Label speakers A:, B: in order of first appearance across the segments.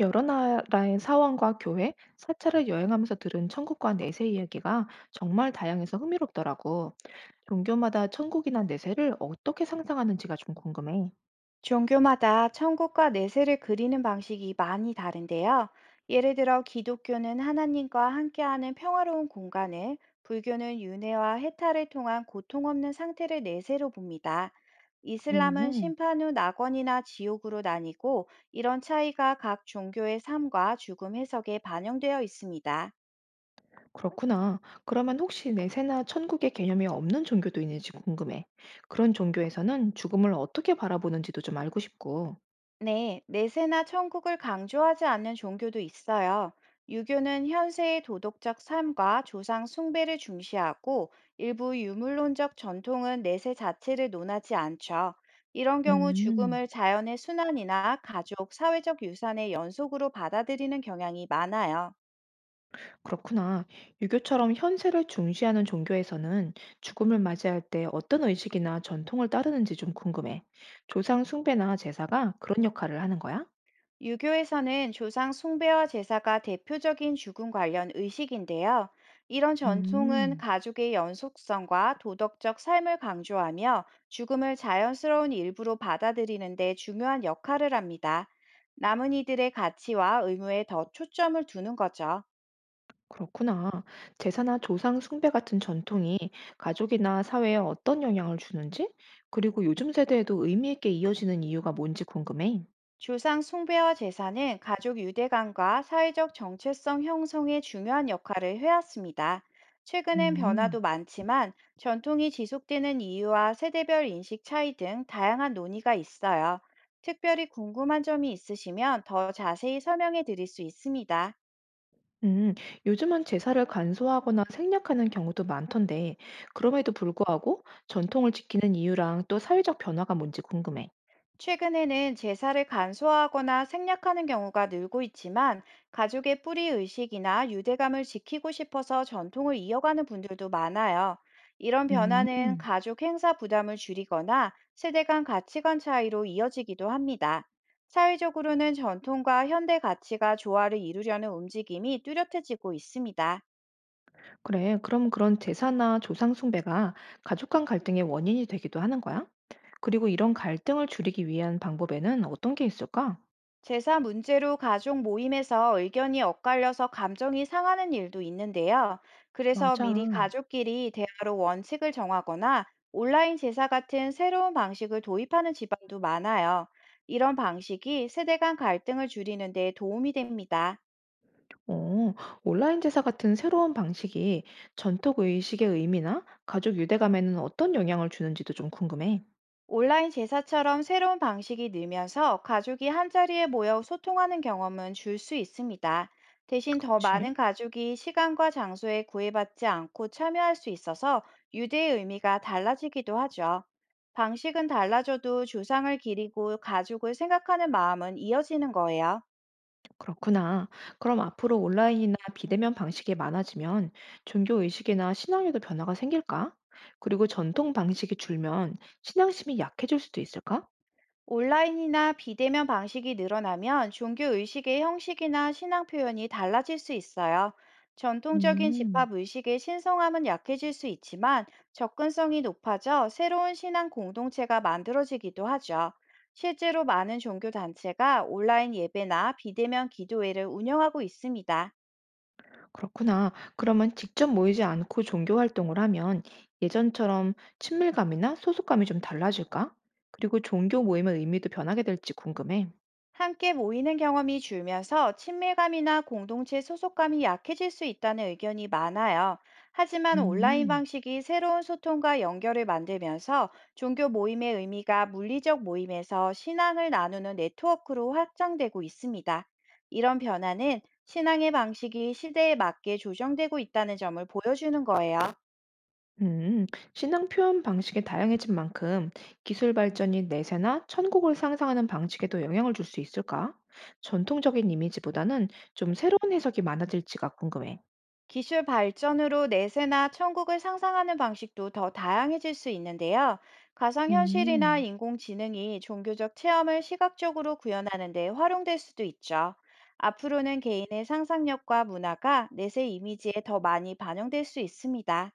A: 여러 나라의 사원과 교회, 사찰을 여행하면서 들은 천국과 내세 이야기가 정말 다양해서 흥미롭더라고. 종교마다 천국이나 내세를 어떻게 상상하는지가 좀 궁금해.
B: 종교마다 천국과 내세를 그리는 방식이 많이 다른데요. 예를 들어 기독교는 하나님과 함께하는 평화로운 공간을, 불교는 윤회와 해탈을 통한 고통 없는 상태를 내세로 봅니다. 이슬람은
A: 음,
B: 심판 후 낙원이나 지옥으로 나뉘고, 이런 차이가 각 종교의 삶과 죽음 해석에 반영되어 있습니다.
A: 그렇구나. 그러면 혹시 내세나 천국의 개념이 없는 종교도 있는지 궁금해. 그런 종교에서는 죽음을 어떻게 바라보는지도 좀 알고 싶고.
B: 네, 내세나 천국을 강조하지 않는 종교도 있어요. 유교는 현세의 도덕적 삶과 조상 숭배를 중시하고, 일부 유물론적 전통은 내세 자체를 논하지 않죠. 이런 경우
A: 음.
B: 죽음을 자연의 순환이나 가족, 사회적 유산의 연속으로 받아들이는 경향이 많아요.
A: 그렇구나. 유교처럼 현세를 중시하는 종교에서는 죽음을 맞이할 때 어떤 의식이나 전통을 따르는지 좀 궁금해. 조상 숭배나 제사가 그런 역할을 하는 거야?
B: 유교에서는 조상 숭배와 제사가 대표적인 죽음 관련 의식인데요. 이런 전통은
A: 음,
B: 가족의 연속성과 도덕적 삶을 강조하며, 죽음을 자연스러운 일부로 받아들이는 데 중요한 역할을 합니다. 남은 이들의 가치와 의무에 더 초점을 두는 거죠.
A: 그렇구나. 제사나 조상 숭배 같은 전통이 가족이나 사회에 어떤 영향을 주는지, 그리고 요즘 세대에도 의미 있게 이어지는 이유가 뭔지 궁금해.
B: 조상 숭배와 제사는 가족 유대감과 사회적 정체성 형성에 중요한 역할을 해왔습니다. 최근엔
A: 음.
B: 변화도 많지만, 전통이 지속되는 이유와 세대별 인식 차이 등 다양한 논의가 있어요. 특별히 궁금한 점이 있으시면 더 자세히 설명해 드릴 수 있습니다.
A: 음, 요즘은 제사를 간소화하거나 생략하는 경우도 많던데, 그럼에도 불구하고 전통을 지키는 이유랑 또 사회적 변화가 뭔지 궁금해.
B: 최근에는 제사를 간소화하거나 생략하는 경우가 늘고 있지만, 가족의 뿌리 의식이나 유대감을 지키고 싶어서 전통을 이어가는 분들도 많아요. 이런
A: 음,
B: 변화는 가족 행사 부담을 줄이거나 세대 간 가치관 차이로 이어지기도 합니다. 사회적으로는 전통과 현대 가치가 조화를 이루려는 움직임이 뚜렷해지고 있습니다.
A: 그래, 그럼 그런 제사나 조상 숭배가 가족 간 갈등의 원인이 되기도 하는 거야? 그리고 이런 갈등을 줄이기 위한 방법에는 어떤 게 있을까?
B: 제사 문제로 가족 모임에서 의견이 엇갈려서 감정이 상하는 일도 있는데요. 그래서 미리
A: 맞아.
B: 가족끼리 대화로 원칙을 정하거나 온라인 제사 같은 새로운 방식을 도입하는 집안도 많아요. 이런 방식이 세대 간 갈등을 줄이는 데 도움이 됩니다.
A: 어, 온라인 제사 같은 새로운 방식이 전통 의식의 의미나 가족 유대감에는 어떤 영향을 주는지도 좀 궁금해.
B: 온라인 제사처럼 새로운 방식이 늘면서 가족이 한자리에 모여 소통하는 경험은 줄 수 있습니다. 대신 더
A: 그치.
B: 많은 가족이 시간과 장소에 구애받지 않고 참여할 수 있어서 유대의 의미가 달라지기도 하죠. 방식은 달라져도 조상을 기리고 가족을 생각하는 마음은 이어지는 거예요.
A: 그렇구나. 그럼 앞으로 온라인이나 비대면 방식이 많아지면 종교 의식이나 신앙에도 변화가 생길까? 그리고 전통 방식이 줄면 신앙심이 약해질 수도 있을까?
B: 온라인이나 비대면 방식이 늘어나면 종교 의식의 형식이나 신앙 표현이 달라질 수 있어요. 전통적인
A: 음,
B: 집합 의식의 신성함은 약해질 수 있지만, 접근성이 높아져 새로운 신앙 공동체가 만들어지기도 하죠. 실제로 많은 종교 단체가 온라인 예배나 비대면 기도회를 운영하고 있습니다.
A: 그렇구나. 그러면 직접 모이지 않고 종교 활동을 하면 예전처럼 친밀감이나 소속감이 좀 달라질까? 그리고 종교 모임의 의미도 변하게 될지 궁금해.
B: 함께 모이는 경험이 줄면서 친밀감이나 공동체 소속감이 약해질 수 있다는 의견이 많아요. 하지만 온라인
A: 음.
B: 방식이 새로운 소통과 연결을 만들면서 종교 모임의 의미가 물리적 모임에서 신앙을 나누는 네트워크로 확장되고 있습니다. 이런 변화는 신앙의 방식이 시대에 맞게 조정되고 있다는 점을 보여주는 거예요.
A: 음, 신앙 표현 방식이 다양해진 만큼 기술 발전이 내세나 천국을 상상하는 방식에도 영향을 줄 수 있을까? 전통적인 이미지보다는 좀 새로운 해석이 많아질지가 궁금해.
B: 기술 발전으로 내세나 천국을 상상하는 방식도 더 다양해질 수 있는데요. 가상현실이나
A: 음.
B: 인공지능이 종교적 체험을 시각적으로 구현하는 데 활용될 수도 있죠. 앞으로는 개인의 상상력과 문화가 내세 이미지에 더 많이 반영될 수 있습니다.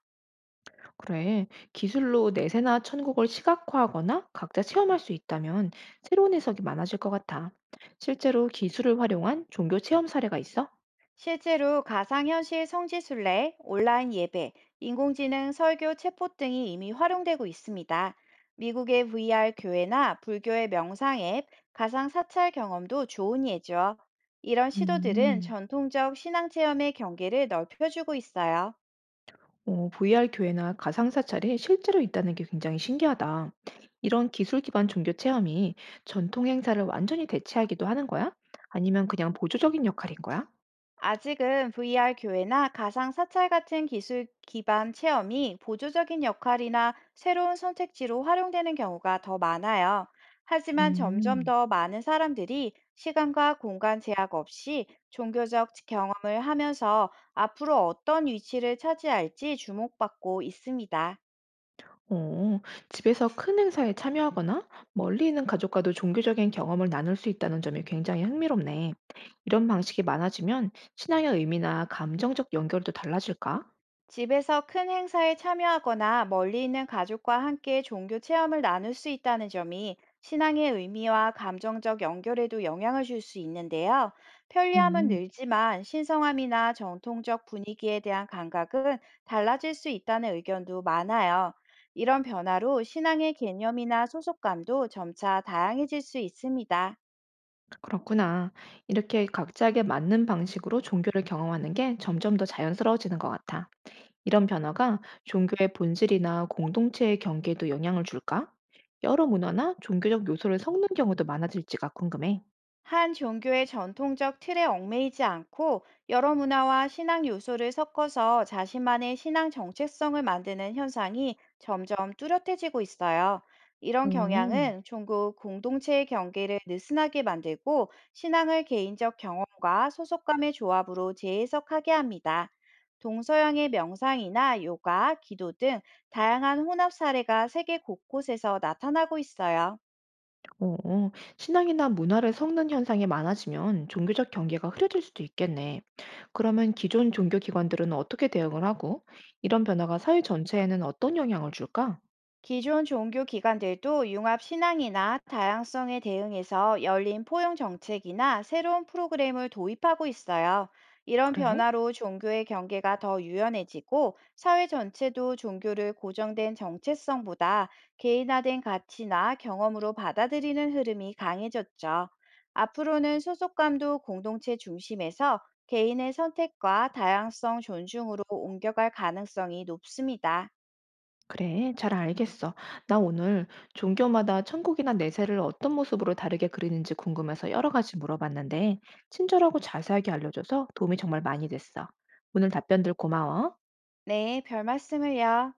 A: 그래, 기술로 내세나 천국을 시각화하거나 각자 체험할 수 있다면 새로운 해석이 많아질 것 같아. 실제로 기술을 활용한 종교 체험 사례가 있어?
B: 실제로 가상현실 성지순례, 온라인 예배, 인공지능 설교 챗봇 등이 이미 활용되고 있습니다. 미국의 VR 교회나 불교의 명상 앱, 가상 사찰 경험도 좋은 예죠. 이런 시도들은
A: 음.
B: 전통적 신앙 체험의 경계를 넓혀주고 있어요.
A: 어, VR 교회나 가상 사찰이 실제로 있다는 게 굉장히 신기하다. 이런 기술 기반 종교 체험이 전통 행사를 완전히 대체하기도 하는 거야? 아니면 그냥 보조적인 역할인 거야?
B: 아직은 VR 교회나 가상 사찰 같은 기술 기반 체험이 보조적인 역할이나 새로운 선택지로 활용되는 경우가 더 많아요. 하지만 점점
A: 음,
B: 더 많은 사람들이 시간과 공간 제약 없이 종교적 경험을 하면서 앞으로 어떤 위치를 차지할지 주목받고 있습니다.
A: 어, 집에서 큰 행사에 참여하거나 멀리 있는 가족과도 종교적인 경험을 나눌 수 있다는 점이 굉장히 흥미롭네. 이런 방식이 많아지면 신앙의 의미나 감정적 연결도 달라질까?
B: 집에서 큰 행사에 참여하거나 멀리 있는 가족과 함께 종교 체험을 나눌 수 있다는 점이 신앙의 의미와 감정적 연결에도 영향을 줄 수 있는데요. 편리함은
A: 음.
B: 늘지만 신성함이나 전통적 분위기에 대한 감각은 달라질 수 있다는 의견도 많아요. 이런 변화로 신앙의 개념이나 소속감도 점차 다양해질 수 있습니다.
A: 그렇구나. 이렇게 각자에게 맞는 방식으로 종교를 경험하는 게 점점 더 자연스러워지는 것 같아. 이런 변화가 종교의 본질이나 공동체의 경계에도 영향을 줄까? 여러 문화나 종교적 요소를 섞는 경우도 많아질지가 궁금해.
B: 한 종교의 전통적 틀에 얽매이지 않고 여러 문화와 신앙 요소를 섞어서 자신만의 신앙 정체성을 만드는 현상이 점점 뚜렷해지고 있어요. 이런
A: 오,
B: 경향은 종국 공동체의 경계를 느슨하게 만들고 신앙을 개인적 경험과 소속감의 조합으로 재해석하게 합니다. 동서양의 명상이나 요가, 기도 등 다양한 혼합 사례가 세계 곳곳에서 나타나고 있어요.
A: 오, 신앙이나 문화를 섞는 현상이 많아지면 종교적 경계가 흐려질 수도 있겠네. 그러면 기존 종교 기관들은 어떻게 대응을 하고, 이런 변화가 사회 전체에는 어떤 영향을 줄까?
B: 기존 종교 기관들도 융합 신앙이나 다양성에 대응해서 열린 포용 정책이나 새로운 프로그램을 도입하고 있어요. 이런
A: 그래?
B: 변화로 종교의 경계가 더 유연해지고, 사회 전체도 종교를 고정된 정체성보다 개인화된 가치나 경험으로 받아들이는 흐름이 강해졌죠. 앞으로는 소속감도 공동체 중심에서 개인의 선택과 다양성 존중으로 옮겨갈 가능성이 높습니다.
A: 그래, 잘 알겠어. 나 오늘 종교마다 천국이나 내세를 어떤 모습으로 다르게 그리는지 궁금해서 여러 가지 물어봤는데, 친절하고 자세하게 알려줘서 도움이 정말 많이 됐어. 오늘 답변들 고마워.
B: 네, 별 말씀을요.